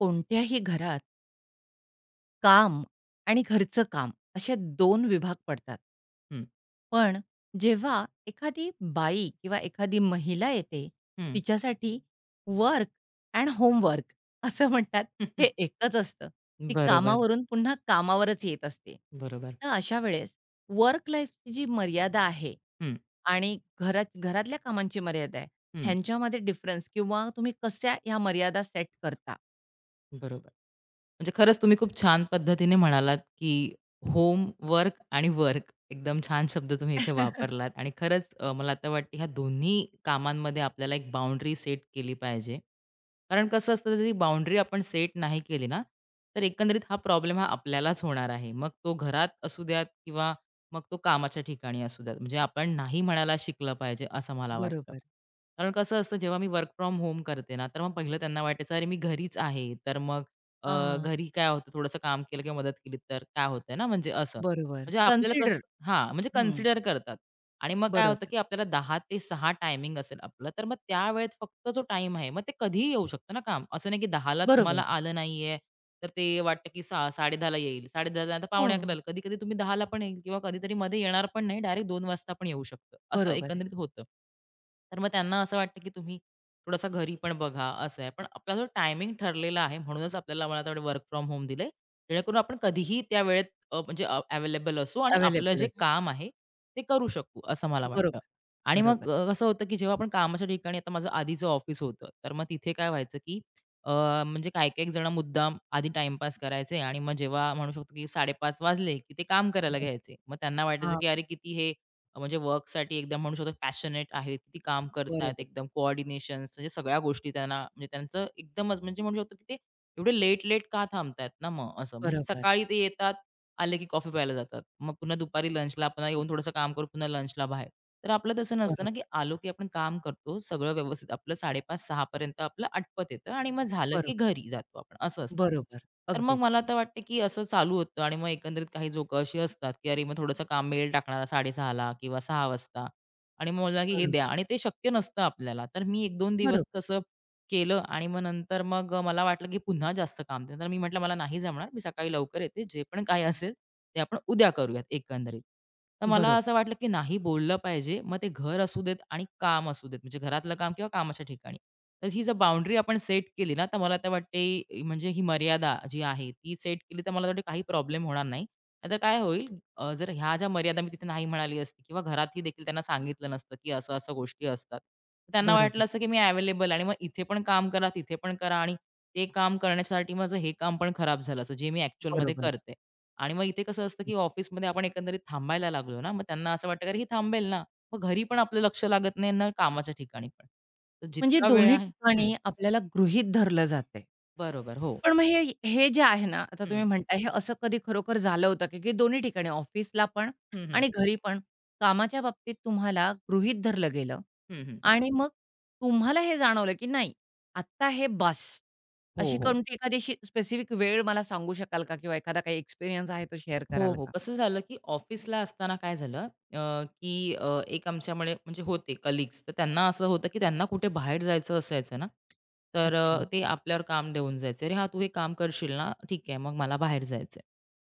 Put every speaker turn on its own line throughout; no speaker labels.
कोणत्याही घरात काम आणि घरचं काम असे दोन विभाग पडतात.
हं,
पण जेव्हा एखादी बाई किंवा एखादी महिला येते,
हं.
तिच्यासाठी वर्क एंड होमवर्क असं म्हणतात, हे एकच असतं. ती
बरोबर,
कामावरून पुन्हा कामावरच येत असते.
बरोबर.
तर अशा वेळेस वर्क लाईफची जी मर्यादा आहे
हं,
आणि घरात घरातल्या कामांची मर्यादा आहे,
हं.
ह्यांच्यामध्ये डिफरन्स किंवा तुम्ही कशा ह्या मर्यादा सेट करता?
बरोबर. म्हणजे खरंच तुम्ही खूप छान पद्धतीने म्हणालात, की होम, वर्क आणि वर्क एकदम छान शब्द तुम्ही इथे वापरलात आणि खरंच मला आता वाटते ह्या दोन्ही कामांमध्ये आपल्याला एक बाउंडरी सेट केली पाहिजे. कारण कसं असतं ती बाउंडरी आपण सेट नाही केली ना, तर एकंदरीत हा प्रॉब्लेम हा आपल्यालाच होणार आहे. मग तो घरात असू द्यात किंवा मग तो कामाच्या ठिकाणी असू द्यात. म्हणजे आपण नाही म्हणायला शिकलं पाहिजे असं मला वाटतं.
बरोबर.
कारण कसं असतं जेव्हा मी वर्क फ्रॉम होम करते ना, तर मग पहिलं त्यांना वाटायचं, "अरे मी घरीच आहे." तर मग
हां,
घरी काय होतं थोडंसं काम केलं किंवा मदत केली तर काय होतंय ना, म्हणजे असं.
बरोबर.
म्हणजे आपल्याला
कन्सिडर
कसं हां, म्हणजे
हं,
कन्सिडर करतात. आणि मग काय होतं,
बरोबर,
की आपल्याला 10 ते 6 टायमिंग असेल आपलं, तर मग त्यावेळेत फक्त जो टाईम आहे, मग ते कधीही येऊ शकतं ना काम. असं नाही, की 10:00ला तुम्हाला
बरोबर.
आलं नाहीये, तर ते वाटतं की 10:30ला येईल, 10:30ला आता
हो,
10:45ला कधी-कधी तुम्ही 10:00ला पण येईल किंवा कधीतरी मध्ये येणार पण नाही, डायरेक्ट 2 वाजता पण येऊ शकतं. असं
बरोबर आहे.
एकंदरीत होतं. तर मग त्यांना असं वाटतं, की तुम्ही थोडासा घरी पण बघा, असं आहे. पण आपला जो टायमिंग ठरलेला आहे, म्हणूनच आपल्याला मला तर वर्क फ्रॉम होम दिलंय. जेणेकरून आपण कधीही त्या वेळेत म्हणजे अवेलेबल असू आणि आपलं
अवेलेबल
जे
असतो.
काम आहे, ते करू शकू, असं मला वाटतं.
बरोबर,
आणि मग
बरोबर,
कसं होतं, की जेव्हा आपण कामाच्या ठिकाणी आता माझं आधीचं ऑफिस होतं, तर मग तिथे काय व्हायचं, की अ, म्हणजे काही-काही जण मुद्दाम आधी टाईमपास करायचे आणि मग जेव्हा म्हणू शकतो, की 5:30 वाजले, की ते काम करायला
बरोबर.
घ्यायचे. मग त्यांना वाटायचं,
हां,
की "अरे, किती हे म्हणजे वर्कसाठी एकदम म्हणू शकतो पॅशनेट आहेत, किती काम करतायत,
बरोबर,
एकदम कोऑर्डिनेशन्स म्हणजे सगळ्या गोष्टी त्यांना म्हणजे त्यांचं एकदमच म्हणजे म्हणू शकतो की ते एवढे लेट-लेट का थांबतायत ना मग असं. म्हणजे
बरोबर,
सकाळी ते येतात, आले की कॉफी प्यायला जातात. मग पुन्हा दुपारी लंचला पुन्हा येऊन थोडंसं काम करून पुन्हा लंचला बाहेर. तर आपलं तसं नसतं ना, की
बरोबर,
आलो की आपण काम करतो. सगळं व्यवस्थित आपलं 5:30 सहा पर्यंत आपलं आटपत येतं आणि मग झालं की
बरोबर,
घरी जातो आपण असं असतं.
बरोबर.
तर मग
अगदीच.
मला तर वाटतं की असं चालू होतं आणि मग एकंदरीत काही लोकं अशी असतात, की अरे मग थोडंसं काम मेल टाकणारा 6:30 किंवा 6 वाजता आणि मग मला की हे द्या
बरोबर,
आणि ते शक्य नसतं आपल्याला. तर मी 1-2 दिवस
बरोबर,
तसं केलं आणि मग नंतर मग मला वाटलं, की पुन्हा जास्त काम. नंतर मी म्हटलं, "मला नाही जमणार. मी सकाळी लवकर येते. जे पण काही असेल ते आपण उद्या करूयात एकंदरीत." तर मला
बरोबर,
असं वाटलं, की नाही बोललं पाहिजे. मग ते घर असू देत आणि काम असू देत. म्हणजे घरातलं काम किंवा कामाच्या ठिकाणी. तर ही जर बाउंडरी आपण सेट केली ना, तर मला तर वाटते म्हणजे ही मर्यादा जी आहे ती सेट केली, तर मला वाटते काही प्रॉब्लेम होणार नाही. नाहीतर काय होईल जर ह्या ज्या मर्यादा मी तिथे नाही म्हणाली असती किंवा घरातही देखील त्यांना सांगितलं नसतं, की असं-असं गोष्टी असतात. तर त्यांना
बरोबर,
वाटलं असतं, की मी अवेलेबल आणि मग इथे पण काम करा, तिथे पण करा आणि ते काम करण्यासाठी माझं हे काम पण खराब झालं असतं, जे मी ॲक्चुअलमध्ये
बरोबर.
करते. आणि मग इथे कसं असतं, की ऑफिसमध्ये आपण एकंदरीत थांबायला लागलो ना, मग त्यांना असं वाटतं, की "अरे, ही थांबेल ना." मग घरी पण आपलं लक्ष लागत नाही ना कामाच्या ठिकाणी पण. तर
म्हणजे
जितका वेळ
दोन्ही
आहे हं,
ठिकाणी आपल्याला गृहीत धरलं जातंय.
बरोबर. हो.
पण मग हे हे जे आहे ना, आता
हं.
तुम्ही म्हणताय हे असं कधी खरोखर झालं होतं का, की दोन्ही ठिकाणी ऑफिसला पण
हं, हं.
आणि घरी पण कामाच्या बाबतीत तुम्हाला गृहीत धरलं गेलं
हं, हं.
आणि मग तुम्हाला हे जाणवलं, की नाही आत्ता हे बास.
हो,
अशी
हो.
कोणती एखादी अशी स्पेसिफिक वेळ मला सांगू शकाल का किंवा एखादा काही एक्सपिरियन्स आहे तो शेअर
हो,
कराल
हो.
का?
कसं झालं, की ऑफिसला असताना काय झालं की एक आमच्याकडे म्हणजे होते कलीग्स, तर त्यांना असं होतं, की त्यांना कुठे बाहेर जायचं असायचं ना, तर
अच्छा.
ते आपल्यावर काम देऊन जायचे. "अरे, हां, तू हे काम करशील ना? ठीक आहे, मग मला बाहेर जायचं आहे.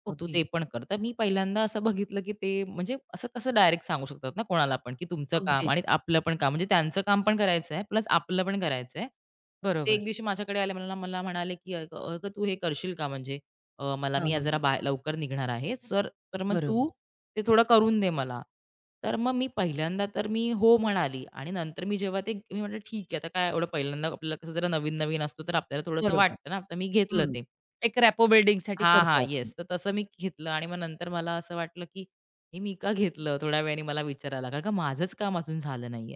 मग तू
ओके.
ते पण कर." तर मी पहिल्यांदा असं बघितलं, की ते म्हणजे असं कसं डायरेक्ट सांगू शकतात ना कोणाला पण, की तुमचं काम
अगदीच.
आणि आपलं पण काम. म्हणजे त्यांचं काम पण करायचं आहे, प्लस आपलं पण करायचं आहे. तर ते एक
बरोबर.
दिवशी माझ्याकडे आले, मला मला म्हणाले, की "अगं अगं, तू हे करशील का म्हणजे?" अ, मला
हां,
मी आज
हां,
जरा
हां.
लवकर निघणार आहे. तर मग
बरोबर,
तू ते थोडं करून दे मला. तर मग मी पहिल्यांदा तर मी हो म्हणाली आणि नंतर मी जेव्हा ते मी म्हटलं ठीक आहे, आता काय एवढं पहिल्यांदा आपल्याला कसं जरा नवीन-नवीन असतो तर आपल्याला थोडंसं
बरोबर.
वाटतं ना, तर मी घेतलं
हं.
ते.
एक रॅपो बिल्डिंगसाठी
हां, हां.
करतो
येस.
आपण.
तर तसं मी घेतलं आणि मग नंतर मला असं वाटलं, की हे मी का घेतलं? थोड्या वेळाने मला विचारायला कारण का माझंच काम अजून झालं नाहीये.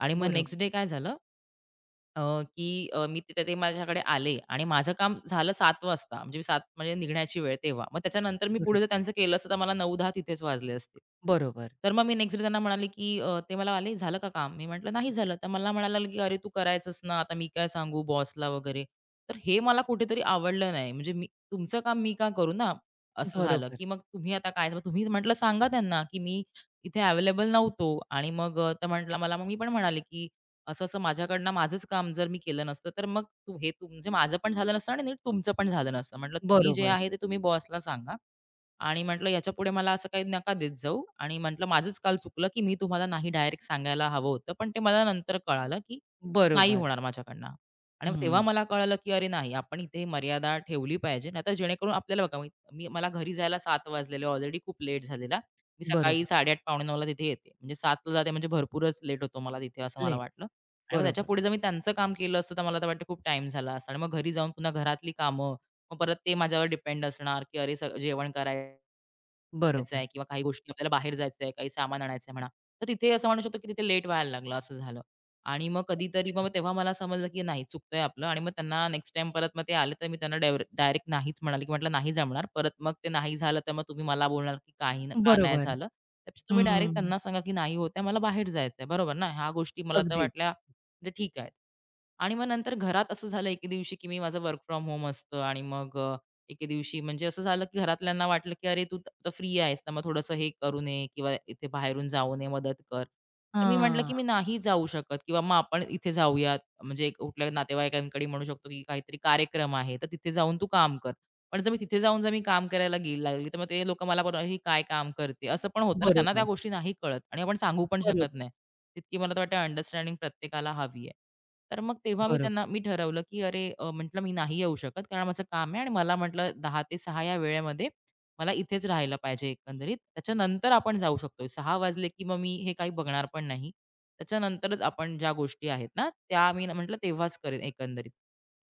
आणि मग नेक्स्ट
बरोबर,
डे काय झालं अ, की मी तिथे ते माझ्याकडे आले आणि माझं काम झालं 7:00 वाजता, म्हणजे 7 म्हणजे निघण्याची वेळ तेव्हा. मग त्याच्यानंतर मी
बरोबर,
पुढे जर त्यांचं केलं असतं, तर मला 9-10 तिथेच वाजले असते.
बरोबर,
तर मग मी नेक्स्ट डे त्यांना म्हणाले, की ते मला आले, "झालं का काम?" मी म्हटलं, "नाही झालं." तर मला म्हणायला लागले, की "अरे, तू करायचंस ना, आता मी काय सांगू बॉसला वगैरे." तर हे मला कुठेतरी आवडलं नाही. म्हणजे मी तुमचं काम मी का करू ना? असं झालं,
बरोबर,
की मग तुम्ही आता काय मग तुम्ही म्हटलं सांगा त्यांना, की मी इथे अवेलेबल नव्हतो आणि मग तर म्हटलं मला मग मी पण म्हणाले, की असं-असं माझ्याकडनं माझंच काम जर मी केलं नसतं, तर मग तू हे म्हणजे माझं पण झालं नसतं आणि नीट तुमचं पण झालं नसतं. म्हटलं तुम्ही जे
बरोबर,
आहे ते तुम्ही बॉसला सांगा. आणि म्हटलं याच्यापुढे मला असं काही नका देत जाऊ आणि म्हटलं माझंच काल चुकलं, की मी तुम्हाला नाही डायरेक्ट सांगायला हवं होतं. पण ते मला नंतर कळालं, की नाही
बरोबर.
होणार माझ्याकडनं आणि मग तेव्हा
हं,
मला कळालं, की अरे नाही आपण इथे मर्यादा ठेवली पाहिजे. नाहीतर जेणेकरून आपल्याला बघा मी मी मला घरी जायला 7 वाजलेले ऑलरेडी खूप लेट झालेला. मी सकाळी
बरोबर.
8:30 पावणे 9 तिथे येते. म्हणजे 7 जाते म्हणजे भरपूरच लेट होतो मला तिथे असं मला
लेट.
वाटलं आणि मग
बरोबर,
त्याच्यापुढे जर मी त्यांचं काम केलं असतं तर मला तर वाटतं खूप टाईम झाला असता आणि मग घरी जाऊन पुन्हा घरातली कामं मग परत ते माझ्यावर डिपेंड असणार, की अरे, जेवण करायचं
बरोबर.
आहे किंवा काही गोष्टी आपल्याला बाहेर जायचं आहे, काही सामान आणायचं आहे म्हणा. तर तिथे असं म्हणू शकतो, की तिथे लेट व्हायला लागलं, असं झालं. आणि मग कधीतरी
अच्छा.
मग तेव्हा मला समजलं, की नाही चुकतंय आपलं आणि मग त्यांना नेक्स्ट टाईम परत मग ते आले, तर मी त्यांना डायरेक्ट नाहीच म्हणाले, की म्हटलं नाही जमणार. परत मग ते नाही झालं, तर मग तुम्ही मला बोलणार, की काही का नाही
बरोबर.
झालं. त्यापेक्षा तुम्ही डायरेक्ट
हं.
त्यांना सांगा, की नाही होत मला बाहेर जायचं आहे. बरोबर ना? ह्या गोष्टी मला तर
अगदीच.
वाटल्या म्हणजे ठीक आहेत. आणि मग नंतर घरात असं झालं एके दिवशी, की मी माझं वर्क फ्रॉम होम असतं आणि मग एके दिवशी म्हणजे असं झालं, की घरातल्यांना वाटलं, की "अरे, तू तर फ्री आहेस ना, मग थोडंसं हे करू नये किंवा इथे बाहेरून जाऊ नये, मदत कर." तर मी म्हटलं, की "मी
हां.
नाही जाऊ शकत किंवा मग आपण इथे जाऊयात." म्हणजे एक कुठल्या नातेवाईकांकडे म्हणू शकतो, की काहीतरी कार्यक्रम आहे, तर तिथे जाऊन तू काम कर. पण जर मी तिथे जाऊन जर मी काम करायला गेली लागली, तर मग ते लोकं मला बोलणार, "ही काय काम करते?" असं पण होतं ना, त्यांना त्या
बरोबर,
गोष्टी नाही कळत आणि आपण सांगू पण शकत
बरोबर,
नाही. तितकी मला तर वाटतं अंडरस्टँडिंग प्रत्येकाला हवी आहे. तर मग तेव्हा मी
बरोबर,
त्यांना मी ठरवलं, की अरे म्हटलं मी नाही येऊ शकत कारण माझं काम आहे आणि मला म्हटलं 10:00 ते 6:00 या वेळेमध्ये मला इथेच राहायला पाहिजे एकंदरीत. त्याच्यानंतर आपण जाऊ शकतो. 6:00 वाजले, की मग मी हे काही बघणार पण नाही. त्याच्यानंतरच आपण ज्या गोष्टी आहेत ना, त्या मी म्हटलं तेव्हाच करेन एकंदरीत.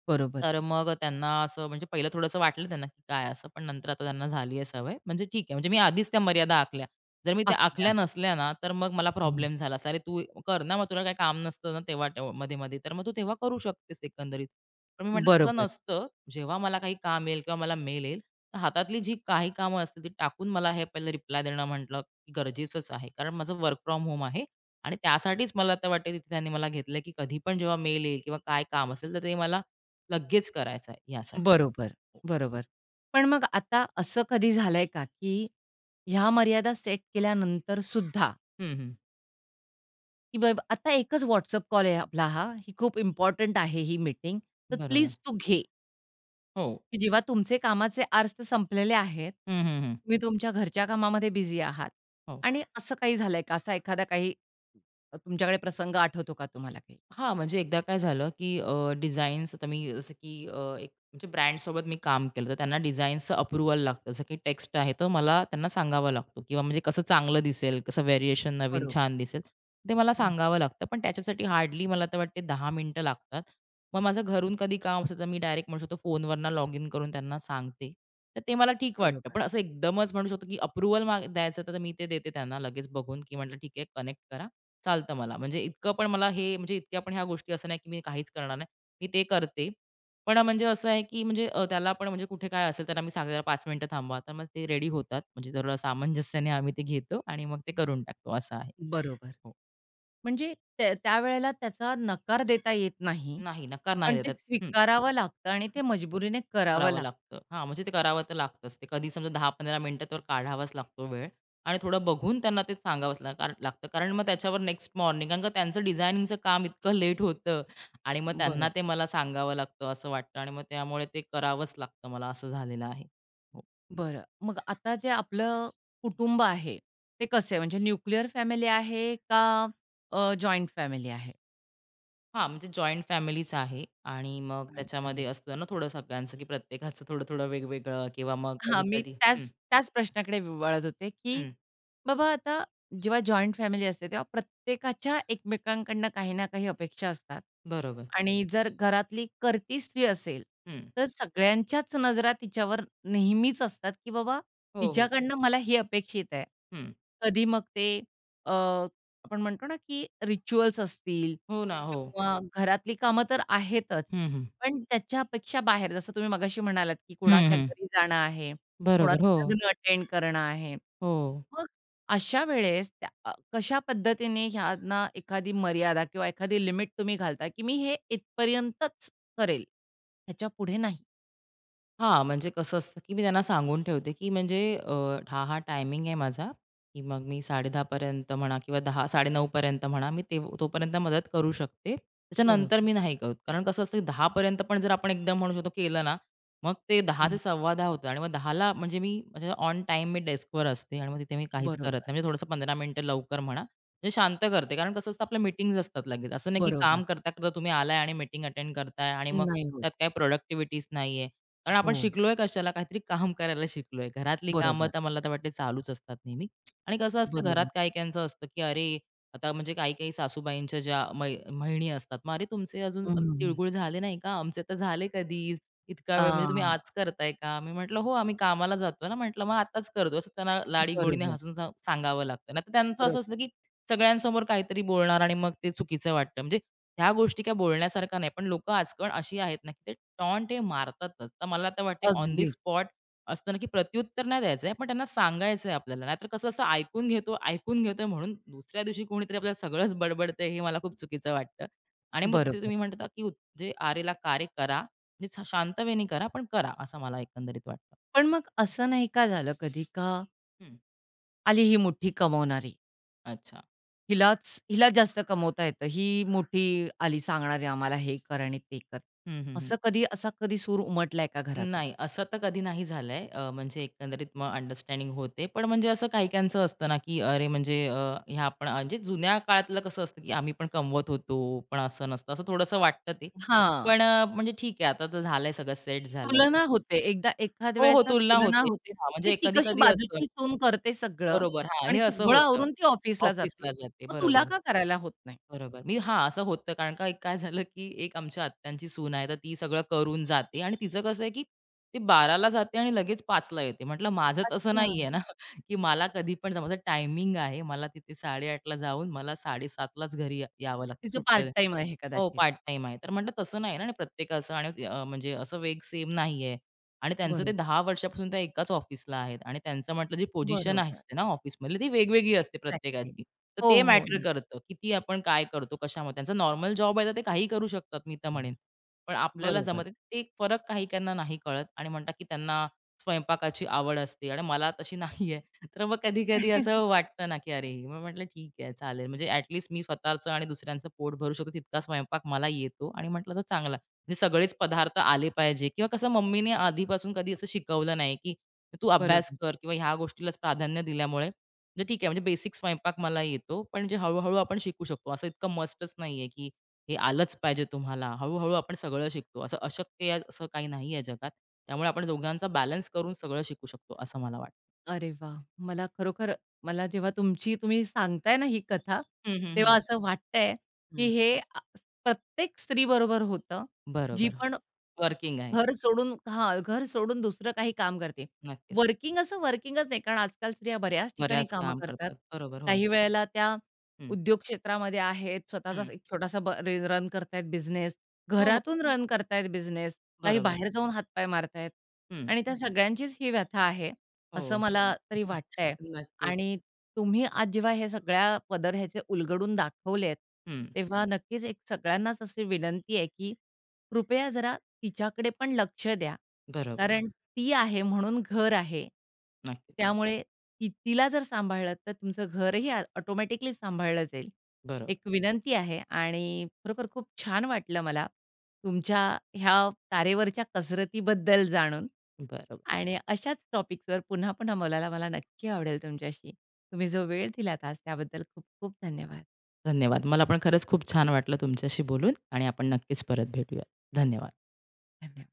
बरोबर.
तर मग त्यांना असं म्हणजे पहिलं थोडंसं वाटलं त्यांना, की काय असं, पण नंतर आता त्यांना झाली आहे सवय. म्हणजे ठीक आहे, म्हणजे मी आधीच त्या मर्यादा आखल्या. जर मी त्या
आखल्या.
आखल्या नसल्या ना, तर मग मला
हं.
प्रॉब्लेम झाला असता. "अरे, तू कर ना, मग तुला काही काम नसतं ना तेव्हा मध्ये-मध्ये, तर मग तू तेव्हा करू शकतेस एकंदरीत." पण मी म्हटलं, "तसं
बरोबर,
नसतं. जेव्हा मला काही काम येईल किंवा मला मेल येईल, तर हातातली जी काही कामं असतील ती टाकून मला हे पहिलं रिप्लाय देणं म्हटलं की गरजेचंच आहे." कारण माझं वर्क फ्रॉम होम आहे आणि त्यासाठीच मला तर वाटते तिथे त्यांनी मला घेतलं, की कधी पण जेव्हा मेल येईल किंवा काय काम असेल, तर ते मला लगेच करायचा आहे यासाठी.
बरोबर,
हो.
बरोबर. पण मग आता असं कधी झालंय का, की ह्या मर्यादा सेट केल्यानंतर सुद्धा
हं, हं.
की बाब आता एकच WhatsApp कॉल आहे आपला हा. ही खूप इम्पोर्टंट आहे ही मीटिंग. तर
बरोबर.
प्लीज तू घे,
हो.
की जेव्हा तुमचे कामाचे आर्ज तर संपलेले आहेत.
हं, हं, हं.
तुम्ही तुमच्या घरच्या कामामध्ये बिझी आहात
हो.
आणि असं काही झालंय का? असा एखादा काही तुमच्याकडे प्रसंग आठवतो का तुम्हाला काही?
हां, म्हणजे एकदा काय झालं, की डिझाईन्स आता मी जसं की एक म्हणजे ब्रँडसोबत मी काम केलं, तर त्यांना डिझाईन्सचं अप्रूव्हल लागतं. जसं की टेक्स्ट आहे, तर मला त्यांना सांगावा लागतो किंवा म्हणजे कसं चांगलं दिसेल, कसं व्हेरिएशन नवीन
बरोबर.
छान दिसेल, ते मला
हं.
सांगावं लागतं. पण त्याच्यासाठी हार्डली मला तर वाटते 10 मिनिटं लागतात. मग माझं घरून कधी काम असेल, तर मी डायरेक्ट म्हणू शकतो फोनवरनं लॉग इन करून त्यांना सांगते. तर ते मला ठीक वाटतं.
बरोबर.
पण असं एकदमच म्हणू शकतो, की अप्रूव्हल माग द्यायचं तर मी ते देते त्यांना लगेच बघून, की म्हटलं ठीक आहे, कनेक्ट करा. चालतं मला. म्हणजे इतकं पण मला हे म्हणजे इतक्या पण ह्या गोष्टी असं नाही, की मी काहीच करणार नाही. मी ते करते. पण अ, म्हणजे असं आहे, की त्याला पण म्हणजे कुठे काय असेल, त्याला मी सांगते, "जरा 5 मिनिटं थांबा." तर मग ते रेडी होतात. म्हणजे जरा सामंजस्याने आम्ही ते घेतो आणि मग ते करून टाकतो. असं आहे.
बरोबर.
हो.
म्हणजे त्या त्यावेळेला त्याचा नकार देता येत नाही.
नाही, नकार नाही
पण ते
देतात.
स्वीकारावं लागतं आणि ते मजबुरीने करावं
करावं
लागतं.
लागतं. हां, म्हणजे ते करावं तर लागतंच. ते कधी समजा 10-15 मिनिटं तर काढावाच लागतो वेळ आणि थोडं बघून त्यांना ते सांगावंच ला कार लागतं. कारण मग त्याच्यावर नेक्स्ट मॉर्निंग कारण का त्यांचं डिझायनिंगचं काम इतकं लेट होतं आणि मग त्यांना ते
बरोबर.
मला सांगावं लागतं असं वाटतं आणि मग त्यामुळे ते करावंच लागतं मला असं झालेलं आहे. हो.
बरं. मग आता जे आपलं कुटुंब आहे, ते कसे आहे म्हणजे न्यूक्लिअर फॅमिली आहे का जॉइंट फॅमिली आहे?
हां, म्हणजे जॉइंट फॅमिलीच आहे आणि मग त्याच्यामध्ये असतं ना थोडं सगळ्यांचं, की प्रत्येकाचं थोडं-थोडं वेगवेगळं किंवा मग
हां, मी
कधी-कधी हं,
त्याच त्याच प्रश्नाकडे वळत होते, की
हं.
बाबा आता जेव्हा जॉइंट फॅमिली असते, तेव्हा प्रत्येकाच्या एकमेकांकडनं काही ना काही अपेक्षा असतात
बरोबर.
आणि जर घरातली करती स्त्री असेल,
हं.
तर सगळ्यांच्याच नजरा तिच्यावर नेहमीच असतात, की बाबा
हो, हो.
हिच्याकडनं मला हे अपेक्षित आहे.
हं.
कधी मग ते अ, आपण म्हणतो ना, की रिच्युअल्स असतील
हो ना. हो.
किंवा घरातली कामं तर आहेतच,
हं, हं.
पण त्याच्यापेक्षा बाहेर जसं तुम्ही मगाशी म्हणालात, की
हं,
कुणाच्या
हं.
घरी जाणं आहे.
बरोबर. हो,
कोणाचं लग्न अटेंड करणं आहे.
हो.
मग अशा वेळेस त्या कशा पद्धतीने ह्यांना एखादी मर्यादा किंवा एखादी लिमिट तुम्ही घालता, की मी हे इथपर्यंतच करेल, ह्याच्यापुढे नाही?
हां, म्हणजे कसं असतं, की मी त्यांना सांगून ठेवते, की हा टायमिंग आहे माझा, की मग मी 10:30 पर्यंत म्हणा किंवा 10 9:30 पर्यंत म्हणा, मी ते तोपर्यंत मदत करू शकते. त्याच्यानंतर
बरोबर.
मी नाही करत. कारण कसं असतं, की 10 पण जर आपण एकदम म्हणू शकतो केलं ना, मग ते 10चे
हं.
10:15 होतं आणि मग 10ला म्हणजे मी म्हणजे ऑन टाईम मी डेस्कवर असते आणि मग तिथे मी काहीच करत
बरोबर,
नाही. म्हणजे थोडंसं 15 मिनिटं लवकर म्हणा, म्हणजे शांत करते. कारण कसं असतं, आपल्या मीटिंग्ज असतात लगेच. असं नाही, की काम
बरोबर.
करता-करता तुम्ही आलाय आणि मिटिंग अटेंड करताय आणि मग
नाही होत.
त्यात काही प्रोडक्टिव्हिटीच नाही कारण आपण
हो.
शिकलोय कशाला? काहीतरी काम करायला शिकलोय. घरातली कामं
बरोबर,
तर मला तर वाटते चालूच असतात नेहमी. आणि कसं असतं घरात
बरोबर.
काही-काहींचं असतं, की "अरे, आता म्हणजे काही-काही सासूबाईंच्या ज्या म्हणी असतात, मग "अरे, तुमचे अजून
हं, हं,
तिळगुळ झाले नाही का? आमचे तर झाले कधीच. इतका वेळ म्हणजे तुम्ही आज करताय का?" मी म्हटलं, "हो, आम्ही कामाला जातो ना." म्हटलं, "मग आताच करतो." असं त्यांना लाडीगोडीने
बरोबर,
हसून सांगावं लागतं. नाहीतर त्यांचं असं
बरोबर.
असतं, की सगळ्यांसमोर काहीतरी बोलणार आणि मग ते चुकीचं वाटतं. म्हणजे ह्या गोष्टी काही बोलण्यासारख्या नाही, पण लोकं आजकाल अशी आहेत ना, की ते टॉन्ट हे मारतातच. तर मला तर वाटते ऑन दी
अगदी
स्पॉट असतं की प्रत्युत्तर नाही द्यायचंय, पण त्यांना सांगायचंय आपल्याला. नाहीतर कसं असतं ऐकून घेतो, ऐकून घेतोय म्हणून दुसऱ्या दिवशी कोणीतरी आपल्याला सगळंच बडबडतंय हे मला खूप चुकीचं वाटतं. आणि मग तिथे तुम्ही
बरोबर.
म्हणता, की जे आरेला कार्य करा, म्हणजे शांततेने करा, पण करा असं मला एकंदरीत वाटतं.
पण मग असं नाही का झालं कधी, का
हं.
आली ही मुठ्ठी कमवणारी.
अच्छा.
हिलाच हिलाच जास्त कमवता येतं. ही मोठी आली सांगणारी आम्हाला हे कर आणि ते कर.
हं, हं, हं.
असं कधी असा कधी सूर उमटलाय का घरातून?
नाही, असं तर कधी नाही झालंय. म्हणजे एकंदरीत मग अंडरस्टँडिंग होते. पण म्हणजे असं काही-काहींचं असतं ना, की अरे ह्या आपण म्हणजे जुन्या काळातलं कसं असतं, की आम्ही पण कमवत होतो, पण असं नसतं, असं थोडंसं वाटतं ते.
हां,
पण म्हणजे ठीक आहे, आता तर झालंय सगळं सेट झालंय.
तुलना होते. एकदा एखाद
हो,
वेळेस
हो,
ना
तुलना
तुलना
होते.
होते,
हां,
की
म्हणजे
ती कशी
कधी-कधी असतं.
बाजूची सून करते सगळं
बरोबर. हां, हे
आणि
असं
सगळं
होतं.
आवरून ती ऑफिसला जाते.
ऑफिसला जाते.
मग तुला
बरोबर.
का करायला होत नाही?
बरोबर. मी हां, असं होतं. कारण का एक काय झालं, की एक आमच्या आत्यांची सून आहे, तर ती सगळं करून जाते आणि तिचं कसं आहे, की ती बाराला जाते आणि लगेच 5 ला येते. म्हटलं माझं तसं
अच्छा.
नाहीये ना, की मला कधी पण जा माझं टायमिंग आहे. मला तिथे 8:30 ला जाऊन मला 7:30 घरी या यावं लागतं
तिचं
सुट्ट्या
पार्ट टाईम आहे
हो,
कदाचित.
पार्ट टाईम आहे. तर म्हटलं तसं नाही ना आणि प्रत्येकाचं आणि म्हणजे असं वेग सेम नाहीये आणि त्यांचं ते
बरोबर.
10 वर्षापासून त्या एकाच ऑफिसला आहेत आणि त्यांचं म्हटलं जी पोझिशन
बरोबर.
असते ना ऑफिसमधली ती वेगवेगळी असते
एक्झॅक्टली.
प्रत्येकाची. तर
हो,
ते
हो.
मॅटर
नक्की.
करतं, किती आपण काय करतो, कशामध्ये. त्यांचा नॉर्मल जॉब आहे तर ते काहीही करू शकतात मी तर म्हणेन. पण आपल्याला
बरोबर,
जमत ते एक फरक काही त्यांना नाही कळत आणि म्हणतात की त्यांना स्वयंपाकाची आवड असते आणि मला तशी नाहीये. तर मग कधी-कधी असं वाटतं ना, की अरे, मग म्हटलं ठीक आहे चालेल. म्हणजे ॲट मी स्वतःचं आणि दुसऱ्यांचं पोट भरू शकतो तितका स्वयंपाक मला येतो आणि म्हटलं तर चांगला. म्हणजे सगळेच पदार्थ आले पाहिजे किंवा कसं मम्मीने आधीपासून कधी असं शिकवलं नाही, की तू अभ्यास
बरोबर.
कर किंवा ह्या गोष्टीलाच प्राधान्य दिल्यामुळे म्हणजे ठीक आहे म्हणजे बेसिक स्वयंपाक मला येतो. पण जे हळू-हळू आपण शिकू शकतो. असं इतकं मस्टच नाहीये, की हे आलंच पाहिजे तुम्हाला. हळू आपण सगळं शिकतो. असं अशक्य आहे असं काही नाहीये जगात. त्यामुळे आपण दोघांचा बॅलन्स करून सगळं शिकू शकतो असं मला वाटतं.
अरे वा, मला खरोखर मला जेव्हा तुमची तुम्ही सांगताय ना ही कथा,
हं, हं, हं.
तेव्हा असं वाटतंय, की
हं,
हे आ प्रत्येक स्त्रीबरोबर होतं. जी
बरोबर. हो.
पण
वर्किंग आहे.
घर सोडून दुसरं काही काम करते.
नक्कीच.
वर्किंग असं वर्किंगच नाही, कारण आजकाल स्त्रिया बऱ्याच ठिकाणी
बऱ्याच
कामं
काम
करतात.
करतात. बरोबर, हो.
काही वेळेला त्या
हं,
उद्योग क्षेत्रामध्ये आहेत,
हं.
स्वतःचाच एक छोटासा रन करतायत बिझनेस,
हो, हो.
घरातून रन करतायत बिझनेस, काही
बरोबर.
बाहेर जाऊन हातपाय मारतायत
हं,
आणि त्या सगळ्यांचीच ही व्यथा आहे,
हो.
असं मला तरी वाटतंय.
नक्कीच.
आणि तुम्ही आज जेव्हा हे सगळ्या पदर ह्याचे उलगडून दाखवलेत,
हं,
तेव्हा नक्कीच एक सगळ्यांनाच अशी विनंती आहे, की कृपया जरा तिच्याकडे पण लक्ष द्या.
बरोबर.
कारण हं. ती आहे म्हणून घर आहे.
नक्कीच.
त्यामुळे ती तिला जर सांभाळलं तर तुमचं घरही ऑटोमॅटिकली सांभाळलं जाईल.
बरोबर,
एक विनंती आहे आणि खरोखर खूप छान वाटलं मला तुमच्या ह्या तारेवरच्या कसरतीबद्दल जाणून
बरोबर.
आणि अशाच टॉपिक्सवर पुन्हा पुन्हा बोलायला मला नक्की आवडेल तुमच्याशी. तुम्ही जो वेळ दिलात आज त्याबद्दल खूप खूप धन्यवाद.
धन्यवाद. मला पण खरंच खूप छान वाटलं तुमच्याशी बोलून आणि आपण नक्कीच परत भेटूया. धन्यवाद.
धन्यवाद.